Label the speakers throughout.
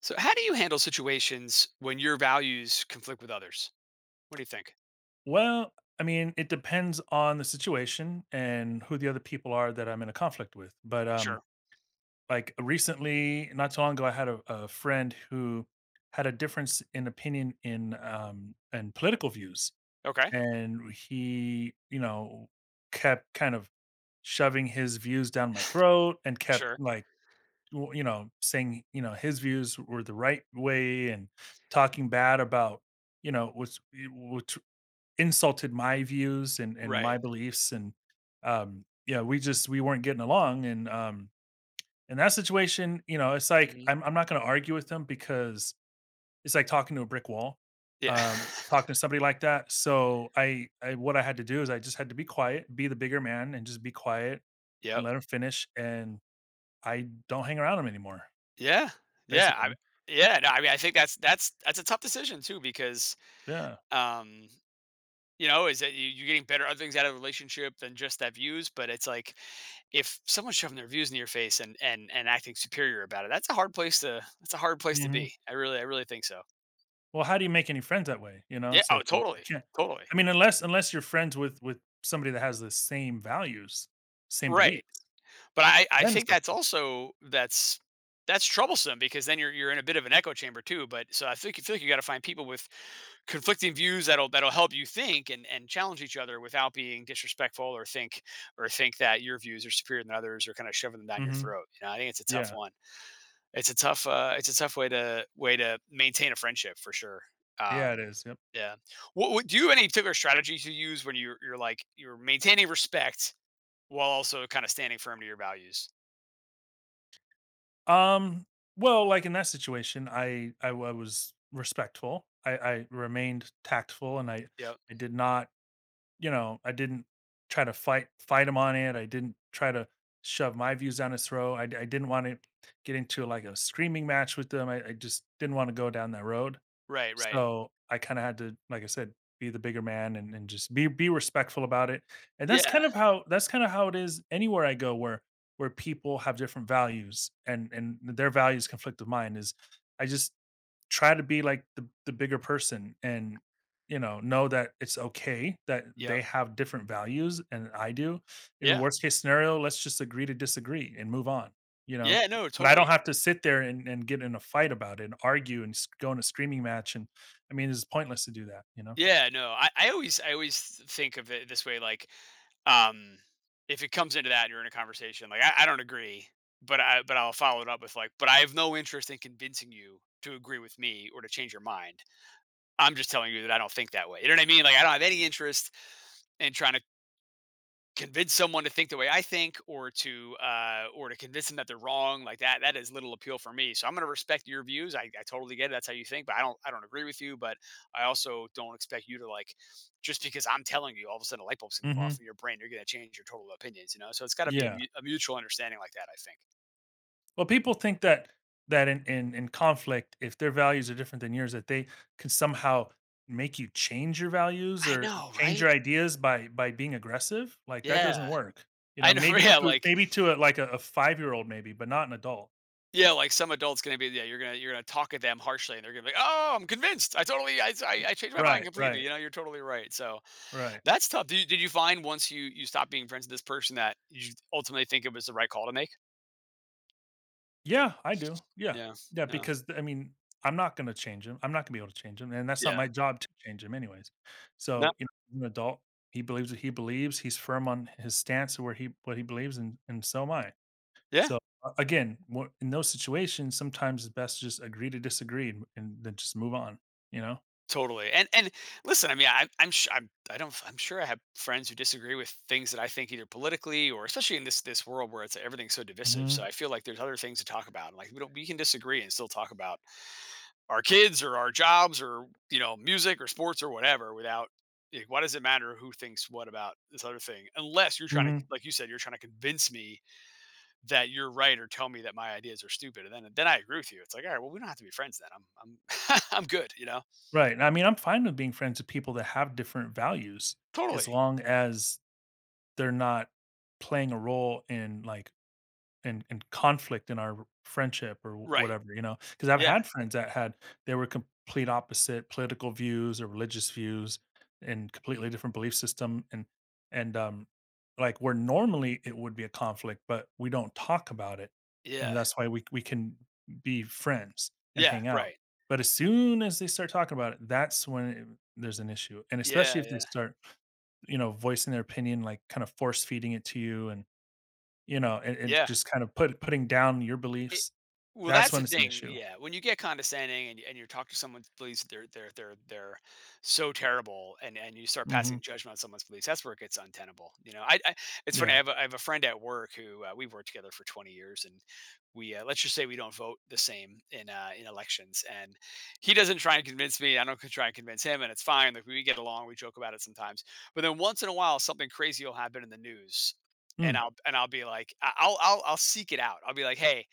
Speaker 1: So, how do you handle situations when your values conflict with others? What do you think?
Speaker 2: Well, I mean, it depends on the situation and who the other people are that I'm in a conflict with. But
Speaker 1: Sure.
Speaker 2: like recently, not so long ago, I had a friend who had a difference in opinion in and political views,
Speaker 1: Okay.
Speaker 2: and he, you know, kept kind of shoving his views down my throat and kept
Speaker 1: Sure.
Speaker 2: like you know saying you know his views were the right way and talking bad about you know what's insulted my views and my
Speaker 1: Right.
Speaker 2: beliefs and yeah we just we weren't getting along and in that situation you know it's like
Speaker 1: Hmm.
Speaker 2: I'm not going to argue with them because it's like talking to a brick wall.
Speaker 1: Yeah.
Speaker 2: Talking to somebody like that, so I what I had to do is I just had to be quiet, be the bigger man and just be quiet and
Speaker 1: Yep.
Speaker 2: let him finish. And I don't hang around him anymore
Speaker 1: Yeah. Yeah. I,
Speaker 2: basically.
Speaker 1: yeah. No, I mean, I think that's a tough decision too because
Speaker 2: Yeah.
Speaker 1: um, you know, is that you're getting better other things out of a relationship than just that views, but it's like if someone's shoving their views in your face and acting superior about it, that's a hard place to that's a hard place to be. I really think so.
Speaker 2: Well, how do you make any friends that way, you know?
Speaker 1: Yeah.
Speaker 2: It's like
Speaker 1: Oh,
Speaker 2: you
Speaker 1: totally.
Speaker 2: can't.
Speaker 1: Totally.
Speaker 2: I mean, unless you're friends with somebody that has the same values, same
Speaker 1: Right.
Speaker 2: beliefs,
Speaker 1: But I
Speaker 2: then it's
Speaker 1: think that's
Speaker 2: okay.
Speaker 1: also that's troublesome because then you're in a bit of an echo chamber too, but so I think you feel like you gotta find people with conflicting views that'll that'll help you think and challenge each other without being disrespectful or think that your views are superior than others or kind of shoving them down your
Speaker 2: Mhm.
Speaker 1: throat. You know, I think it's a tough
Speaker 2: Yeah.
Speaker 1: one. It's a tough way to way to maintain a friendship for sure.
Speaker 2: Yeah, it
Speaker 1: Um
Speaker 2: is, yep.
Speaker 1: yeah. What do you have any particular strategies you use when you're like you're maintaining respect while also kind of standing firm to your values?
Speaker 2: Um, well, like, in that situation, I was respectful. I remained tactful, and
Speaker 1: Yep.
Speaker 2: I did not, you know, I didn't try to fight him on it. I didn't try to shove my views down his throat. I didn't wanna get into, like, a screaming match with them. I just didn't wanna go down that road.
Speaker 1: Right, right.
Speaker 2: So, I kinda had to, like I said, be the bigger man and just be respectful about it, and
Speaker 1: Yeah.
Speaker 2: that's kinda how it is anywhere I go where people have different values and their values conflict with mine is I just try to be like the bigger person and you know that it's okay that
Speaker 1: Yep.
Speaker 2: they have different values and I do. In
Speaker 1: Yeah.
Speaker 2: worst case scenario, let's just agree to disagree and move on, you know?
Speaker 1: Yeah, no,
Speaker 2: But I don't
Speaker 1: totally.
Speaker 2: have to sit there and, get in a fight about it and argue and go in a screaming match and I mean it's pointless to do that, you know?
Speaker 1: Yeah, no. I always think of it this way, like, um, if it comes into that and you're in a conversation, like I don't agree, but I'll follow it up with like, but I have no interest in convincing you to agree with me or to change your mind. I'm just telling you that I don't think that way. You know what I mean? Like I don't have any interest in trying to convince someone to think the way I think or to convince them that they're wrong like that is little appeal for me. So I'm going to respect your views. I totally get it. That's how you think, but I don't agree with you, but I also don't expect you to like just because I'm telling you all of a sudden a light bulb's going to go
Speaker 2: Hmm.
Speaker 1: off in your brain, you're going to change your total opinions, you know? So it's got to be a,
Speaker 2: Yeah.
Speaker 1: mu- a mutual understanding like that, I think.
Speaker 2: Well, people think that in, in conflict, if their values are different than yours, that they can somehow make you change your values
Speaker 1: I
Speaker 2: or
Speaker 1: know,
Speaker 2: change your
Speaker 1: right?
Speaker 2: ideas by being aggressive. Like that doesn't
Speaker 1: Yeah.
Speaker 2: work. You
Speaker 1: I
Speaker 2: know,
Speaker 1: know,
Speaker 2: maybe to a 5-year old, maybe, but not an adult.
Speaker 1: yeah, like some adults gonna be, yeah, you're gonna talk at them harshly, and they're gonna be, like, oh, I'm convinced, I totally, I changed my mind
Speaker 2: Right,
Speaker 1: completely.
Speaker 2: right,
Speaker 1: You know, you're totally right. So,
Speaker 2: right.
Speaker 1: that's tough. Did you find once you stopped being friends with this person that you ultimately think it was the right call to make?
Speaker 2: Yeah, I do. Yeah,
Speaker 1: Yeah.
Speaker 2: yeah.
Speaker 1: Yeah.
Speaker 2: I mean, I'm not going to change him. I'm not going to be able to change him, and that's not
Speaker 1: Yeah.
Speaker 2: my job to change him, anyways.
Speaker 1: No.
Speaker 2: So you know, he's an adult. He believes what he believes. He's firm on his stance of where he what he believes, and so am I.
Speaker 1: Yeah.
Speaker 2: So in those situations, sometimes it's best to just agree to disagree and, then just move on. You know.
Speaker 1: Totally. And listen, I mean, I, I'm sure I'm I don't I'm sure I have friends who disagree with things that I think either politically or especially in this this world where it's everything's so divisive. So
Speaker 2: Hmm.
Speaker 1: I feel like there's other things to talk about. Like we don't we can disagree and still talk about our kids or our jobs or you know music or sports or whatever without. Like, why does it matter who thinks what about this other thing? Unless you're trying to,
Speaker 2: Hmm.
Speaker 1: like you said, you're trying to convince me that you're right or tell me that my ideas are stupid and then I agree with you. It's like, "All right, well, we don't have to be friends then. I'm I'm good," you know?
Speaker 2: Right. I mean, I'm fine with being friends with people that have different values, as
Speaker 1: Totally.
Speaker 2: long as they're not playing a role in like and conflict in our friendship or wh
Speaker 1: Right.
Speaker 2: whatever, you know, because 'Cause I've
Speaker 1: Yeah.
Speaker 2: had friends that had they were complete opposite political views or religious views and completely different belief system and and, um, like, where normally it would be a conflict, but we don't talk about it, and
Speaker 1: Yeah.
Speaker 2: that's why we can be friends and
Speaker 1: Yeah,
Speaker 2: hang out.
Speaker 1: right.
Speaker 2: But as soon as they start talking about it, that's when it there's an issue, and especially
Speaker 1: Yeah,
Speaker 2: if they
Speaker 1: yeah.
Speaker 2: start, you know, voicing their opinion, like, kinda force feeding it to you and you know, and
Speaker 1: Yeah.
Speaker 2: just kind of putting down your
Speaker 1: It
Speaker 2: beliefs,
Speaker 1: well,
Speaker 2: that's
Speaker 1: that's
Speaker 2: when
Speaker 1: the
Speaker 2: it's an
Speaker 1: thing,
Speaker 2: issue.
Speaker 1: yeah, when you get condescending and you talk to someone's beliefs, they're so terrible, and you start
Speaker 2: Mhm.
Speaker 1: passing judgment on someone's beliefs, that's where it gets untenable, you know? I it's funny,
Speaker 2: Yeah.
Speaker 1: I have a friend at work who, we've worked together for 20 years, and we, let's just say we don't vote the same in elections, and he doesn't try and convince me, I don't try and convince him, and it's fine, like, we get along, we joke about it sometimes, but then once in a while, something crazy will happen in the news, and
Speaker 2: Mm,
Speaker 1: I'll be like I'll seek it out, I'll be like, "Hey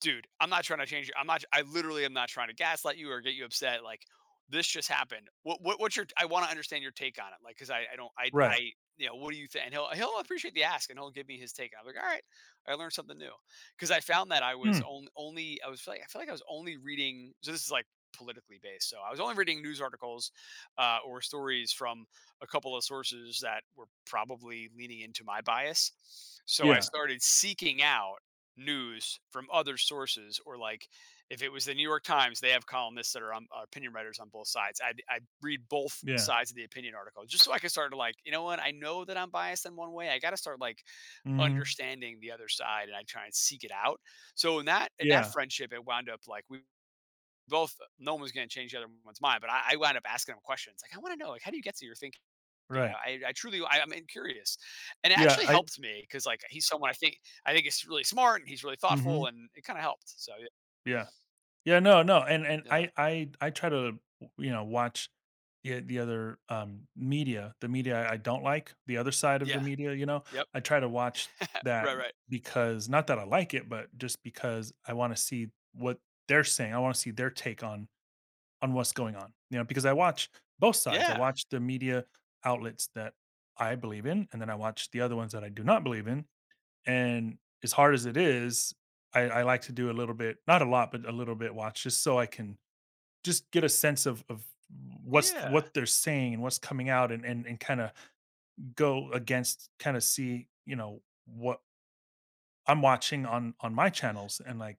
Speaker 1: dude, I'm not trying to change you. I'm not. I literally am not trying to gaslight you or get you upset. Like this just happened. What's your? I want to understand your take on it. Like because I don't
Speaker 2: right.
Speaker 1: I you know what do you think?" And he'll appreciate the ask and he'll give me his take. And I'm like, all right, I learned something new because I found that I was
Speaker 2: Mm,
Speaker 1: only I was like I feel like I was only reading. So this is like politically based. So I was only reading news articles or stories from a couple of sources that were probably leaning into my bias. So I
Speaker 2: yeah,
Speaker 1: started seeking out news from other sources or like if it was the New York Times, they have columnists that are on, opinion writers on both sides, I read both
Speaker 2: yeah.
Speaker 1: sides of the opinion article just so I can start to like you know what I know that I'm biased in one way, I got to start like
Speaker 2: Mhm.
Speaker 1: understanding the other side and I try and seek it out. So in that
Speaker 2: Yeah,
Speaker 1: friendship, it wound up like we both, no one was going to change the other one's mind, but I wound up asking him questions like, I want to know, like, how do you get to your thinking?
Speaker 2: right.
Speaker 1: I truly, I'm curious, and it
Speaker 2: Yeah,
Speaker 1: actually
Speaker 2: I
Speaker 1: helped me because like he's someone I think is really smart and he's really thoughtful,
Speaker 2: mhm,
Speaker 1: and it kind of helped. So
Speaker 2: yeah. Yeah, no, no, and
Speaker 1: yeah,
Speaker 2: I try to, you know, watch the other, media, the media I don't like, the other side of the
Speaker 1: yeah,
Speaker 2: media, you know?
Speaker 1: yep,
Speaker 2: I try to watch that
Speaker 1: right, right,
Speaker 2: because not that I like it, but just because I wanna see what they're saying, I wanna see their take on what's going on, you know, because I watch both sides. I
Speaker 1: yeah,
Speaker 2: watch the media outlets that I believe in, and then I watch the other ones that I do not believe in. And as hard as it is, I like to do a little bit, not a lot, but a little bit watch just so I can just get a sense of what's
Speaker 1: yeah,
Speaker 2: what they're saying and what's coming out and and kind of go against kind of see, you know, what I'm watching on my channels, and like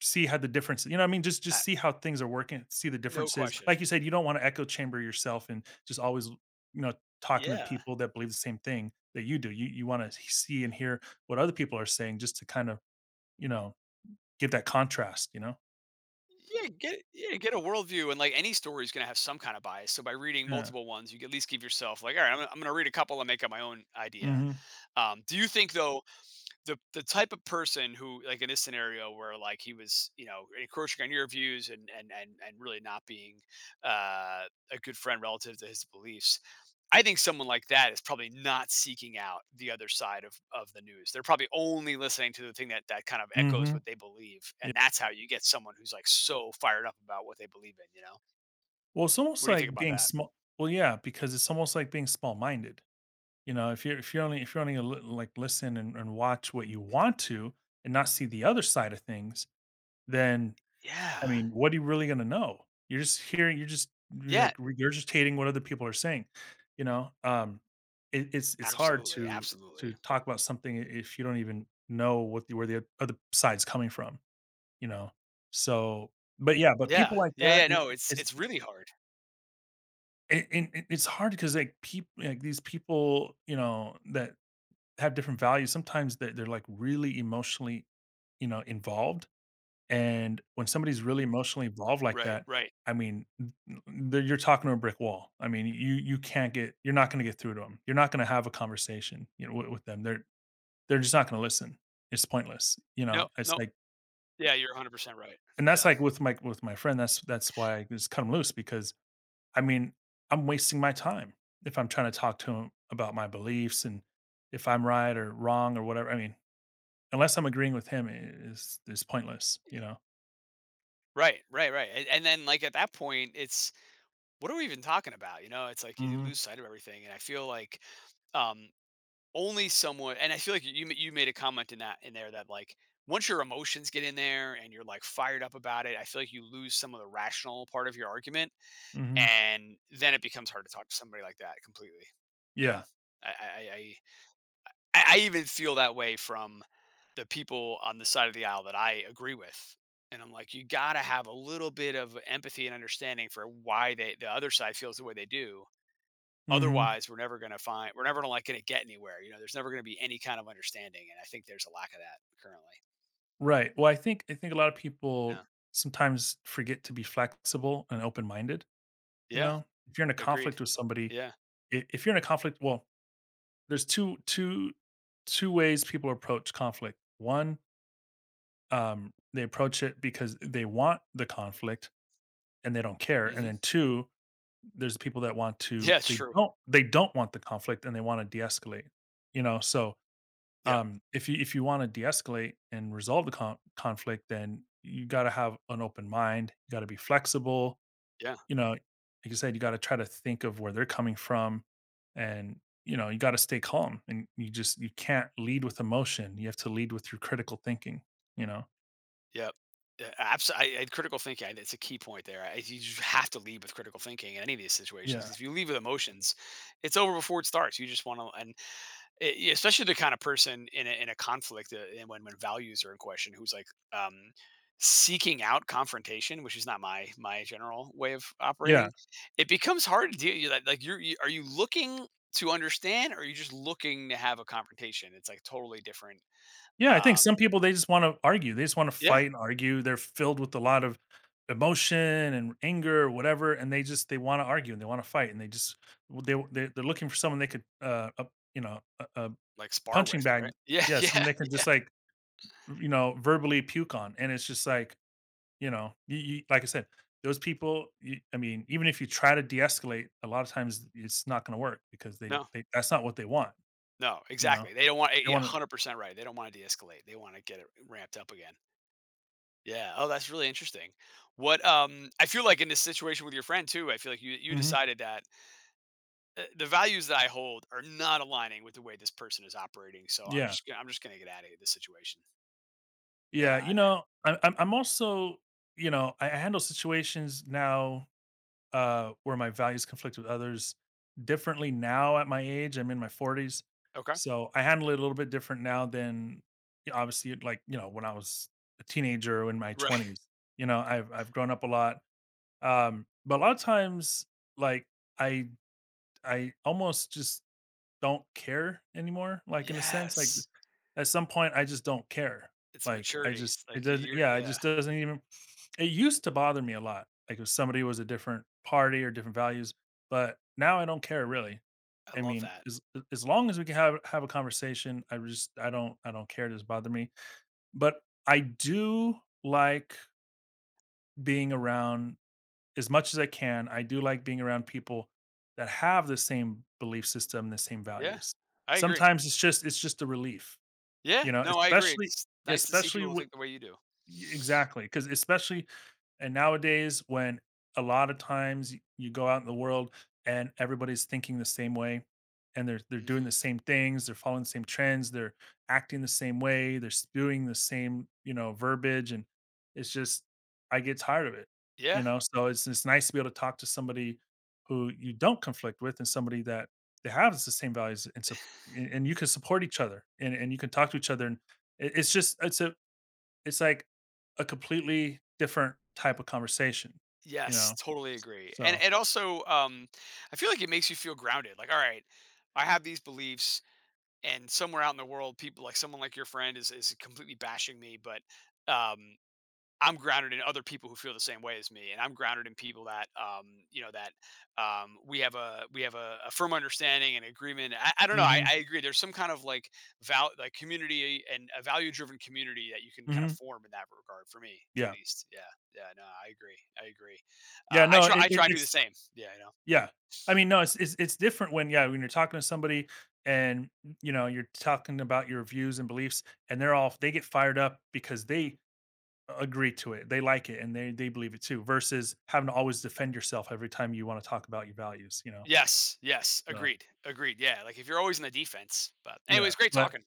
Speaker 2: see how the difference, you know what I mean?
Speaker 1: uh,
Speaker 2: Just see how things are working, see the
Speaker 1: no
Speaker 2: differences.
Speaker 1: question,
Speaker 2: Like you said, you don't wanna echo chamber yourself and just always, you know, talking to
Speaker 1: yeah.
Speaker 2: people that believe the same thing that you do. You wanna see and hear what other people are saying just to kind of, you know, get that contrast, you know?
Speaker 1: Yeah, get a worldview, and like any story is going to have some kind of bias. So by reading
Speaker 2: Yeah.
Speaker 1: multiple ones, you can at least give yourself like, all right, I'm going to read a couple and make up my own idea.
Speaker 2: Mhm.
Speaker 1: Do you think though, the type of person who like in this scenario where like he was you know encroaching on your views and really not being uh, a good friend relative to his beliefs, I think someone like that is probably not seeking out the other side of the news, they're probably only listening to the thing that that kind of echoes
Speaker 2: Mhm.
Speaker 1: what they believe
Speaker 2: Yeah.
Speaker 1: and that's how you get someone who's like so fired up about what they believe in, you know?
Speaker 2: Well, it's almost
Speaker 1: What do you think
Speaker 2: like
Speaker 1: about
Speaker 2: being
Speaker 1: that?
Speaker 2: small well, yeah, because it's almost like being small-minded. You know, if you're if you're only a li like, listen and watch what you want to and not see the other side of things, then
Speaker 1: Yeah,
Speaker 2: I mean, what are you really gonna know? You're just hearing you're just you're
Speaker 1: yeah,
Speaker 2: like regurgitating what other people are saying, you know? It's hard
Speaker 1: absolutely,
Speaker 2: to
Speaker 1: absolutely,
Speaker 2: talk about something if you don't even know what the where the other side's coming from, you know? So, but yeah, but
Speaker 1: yeah
Speaker 2: people like
Speaker 1: yeah
Speaker 2: that,
Speaker 1: yeah no it's
Speaker 2: it's
Speaker 1: it's really hard,
Speaker 2: it's hard because like people like these people, you know, that have different values. Sometimes they're like really emotionally, you know, involved and when somebody's really emotionally involved like
Speaker 1: right
Speaker 2: that,
Speaker 1: right,
Speaker 2: I mean, n n the you're talking to a brick wall. I mean, you can't get you're not gonna get through to them. 'Em. You're not gonna have a conversation, you know, with them. They're just not gonna listen. It's pointless, you
Speaker 1: no
Speaker 2: know? It's
Speaker 1: no.
Speaker 2: like
Speaker 1: Yeah, you're 100% right.
Speaker 2: and that's
Speaker 1: Yeah.
Speaker 2: like with my friend, that's why I just cut him loose because, I mean, I'm wasting my time if I'm trying to talk to him about my beliefs and if I'm right or wrong or whatever. I mean, unless I'm agreeing with him, I is it's pointless, you know?
Speaker 1: Right, right, right, and then, like, at that point, it's, "What are we even talking about?" You know? It's like you
Speaker 2: Mhm,
Speaker 1: lose sight of everything, and I feel like, um, only someone and I feel like you made a comment in that in there that, like, once your emotions get in there and you're, like, fired up about it, I feel like you lose some of the rational part of your argument,
Speaker 2: mhm.
Speaker 1: and then it becomes hard to talk to somebody like that completely. Yeah.
Speaker 2: Yeah.
Speaker 1: I I I I even feel that way from the people on the side of the aisle that I agree with. And I'm like, you got to have a little bit of empathy and understanding for why they, the other side feels the way they do.
Speaker 2: Mhm.
Speaker 1: Otherwise, we're never going to find, we're never like going to get anywhere. You know, there's never going to be any kind of understanding. And I think there's a lack of that currently.
Speaker 2: Right. Well, I think a lot of people
Speaker 1: Yeah.
Speaker 2: sometimes forget to be flexible and open-minded, you
Speaker 1: Yeah.
Speaker 2: know? If you're in a
Speaker 1: Agreed.
Speaker 2: conflict with somebody,
Speaker 1: Yeah.
Speaker 2: I if you're in a conflict, well, there's two ways people approach conflict. One, they approach it because they want the conflict and they don't care, and
Speaker 1: Hmm.
Speaker 2: then two, there's people that want to
Speaker 1: Yeah. It's true.
Speaker 2: they don't want the conflict and they wanna de-escalate, you know? So,
Speaker 1: Yep.
Speaker 2: if you want to de-escalate and resolve the conflict, then you got to have an open mind. You got to be flexible.
Speaker 1: Yeah.
Speaker 2: You know, like you said, you got to try to think of where they're coming from, and you know, you got to stay calm. And you can't lead with emotion. You have to lead with your critical thinking. You know.
Speaker 1: Yep. Absolutely. Critical thinking. I- It's a key point there. I, you just have to lead with critical thinking in any of these situations.
Speaker 2: Yeah.
Speaker 1: 'Cause if you leave with emotions, it's over before it starts. You just want to, and e- especially the kind of person in a conflict and when values are in question who's like um seeking out confrontation, which is not my my general way of
Speaker 2: Yeah.
Speaker 1: operating, it becomes hard to deal, you like you, are you looking to understand or are you just looking to have a confrontation? It's like totally different.
Speaker 2: Yeah, I think
Speaker 1: um
Speaker 2: some people they just wanna argue, they just wanna
Speaker 1: yeah
Speaker 2: fight and argue, they're filled with a lot of emotion and anger, or whatever, and they just they wanna argue and they wanna fight and they just w they w- they're looking for someone they could, you know, a
Speaker 1: like spar
Speaker 2: punching
Speaker 1: with,
Speaker 2: bag.
Speaker 1: right, yeah
Speaker 2: Yeah, someone
Speaker 1: yeah
Speaker 2: they can
Speaker 1: yeah
Speaker 2: just, like, you know, verbally puke on, and it's just like, you know, you like I said, those people, you I mean, even if you try to de-escalate, a lot of times it's not gonna work because
Speaker 1: no
Speaker 2: they that's not what they want,
Speaker 1: no
Speaker 2: you know?
Speaker 1: exactly they don't want
Speaker 2: They
Speaker 1: yeah
Speaker 2: wanna
Speaker 1: 100% right, they don't want to de-escalate, they want to get it ramped up again. Yeah. Oh, that's really interesting. What I feel like in this situation with your friend too, I feel like you
Speaker 2: mhm,
Speaker 1: decided that the values that I hold are not aligning with the way this person is operating. So I'm
Speaker 2: yeah.
Speaker 1: just gonna I'm just gonna get out of this situation.
Speaker 2: Yeah,
Speaker 1: Yeah.
Speaker 2: you know, I'm also, you know, I handle situations now where my values conflict with others differently now at my age. I'm in my 40s.
Speaker 1: Okay.
Speaker 2: So I handle it a little bit different now than yeah, obviously like, you know, when I was a teenager or in my
Speaker 1: Right.
Speaker 2: 20s. You know, I've grown up a lot. But a lot of times like I I almost just don't care anymore like in a sense like
Speaker 1: Yes.
Speaker 2: at some point, I just don't care.
Speaker 1: It's
Speaker 2: Like, I
Speaker 1: maturity.
Speaker 2: just
Speaker 1: It's
Speaker 2: it
Speaker 1: like y-
Speaker 2: doesn't
Speaker 1: you're
Speaker 2: yeah, it
Speaker 1: yeah.
Speaker 2: just doesn't even it used to bother me a lot, like, if somebody was a different party or different values, but now I don't care really.
Speaker 1: I
Speaker 2: I
Speaker 1: love
Speaker 2: mean,
Speaker 1: that.
Speaker 2: as long as we can have a conversation, I just I don't care, it doesn't bother me. But I do like being around as much as I can, I do like being around people that have the same belief system, the same
Speaker 1: Yeah.
Speaker 2: values.
Speaker 1: I agree.
Speaker 2: Sometimes it's just a relief.
Speaker 1: Yeah.
Speaker 2: You know,
Speaker 1: No, I agree. It's nice to see
Speaker 2: especially
Speaker 1: people who
Speaker 2: what
Speaker 1: think the way you do.
Speaker 2: exactly? Because especially and nowadays, when a lot of times you go out in the world and everybody's thinking the same way and they're doing
Speaker 1: Hmm.
Speaker 2: the same things, they're following the same trends, they're acting the same way, they're spewing the same, you know, verbiage and it's just I get tired of it. You
Speaker 1: Yeah.
Speaker 2: know, so it's nice to be able to talk to somebody who you don't conflict with and somebody that they have the same values and and you can support each other and, you can talk to each other and it's just it's a it's like a completely different type of conversation, you
Speaker 1: Yes,
Speaker 2: know?
Speaker 1: totally agree. And
Speaker 2: So
Speaker 1: it also, I feel like it makes you feel grounded. Like, all right, I have these beliefs, and somewhere out in the world, people like someone like your friend is completely bashing me, but um, I'm grounded in other people who feel the same way as me, and I'm grounded in people that, you know, that we have a a firm understanding and agreement. I don't know.
Speaker 2: mhm,
Speaker 1: I agree. There's some kind of like val like community and a value driven community that you can kind of
Speaker 2: mhm,
Speaker 1: form in that regard. For me, at
Speaker 2: yeah.
Speaker 1: least. Yeah. Yeah. No, I agree. I agree.
Speaker 2: Yeah,
Speaker 1: I
Speaker 2: no,
Speaker 1: try. I try and do the
Speaker 2: it's
Speaker 1: same. Yeah. I know.
Speaker 2: yeah. I mean, no, it's different when yeah, when you're talking to somebody and, you know, you're talking about your views and beliefs and they're all they get fired up because they agree to it. They like it and they believe it too versus having to always defend yourself every time you wanna talk about your values, you know?
Speaker 1: Yes. Yes.
Speaker 2: So,
Speaker 1: Agreed. Agreed. Yeah. Like if you're always in the defense. But
Speaker 2: yeah,
Speaker 1: anyways, great
Speaker 2: but
Speaker 1: talking.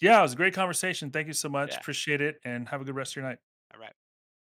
Speaker 2: yeah, it was a great conversation. Thank you so much.
Speaker 1: Yeah.
Speaker 2: Appreciate it and have a good rest of your night.
Speaker 1: All right.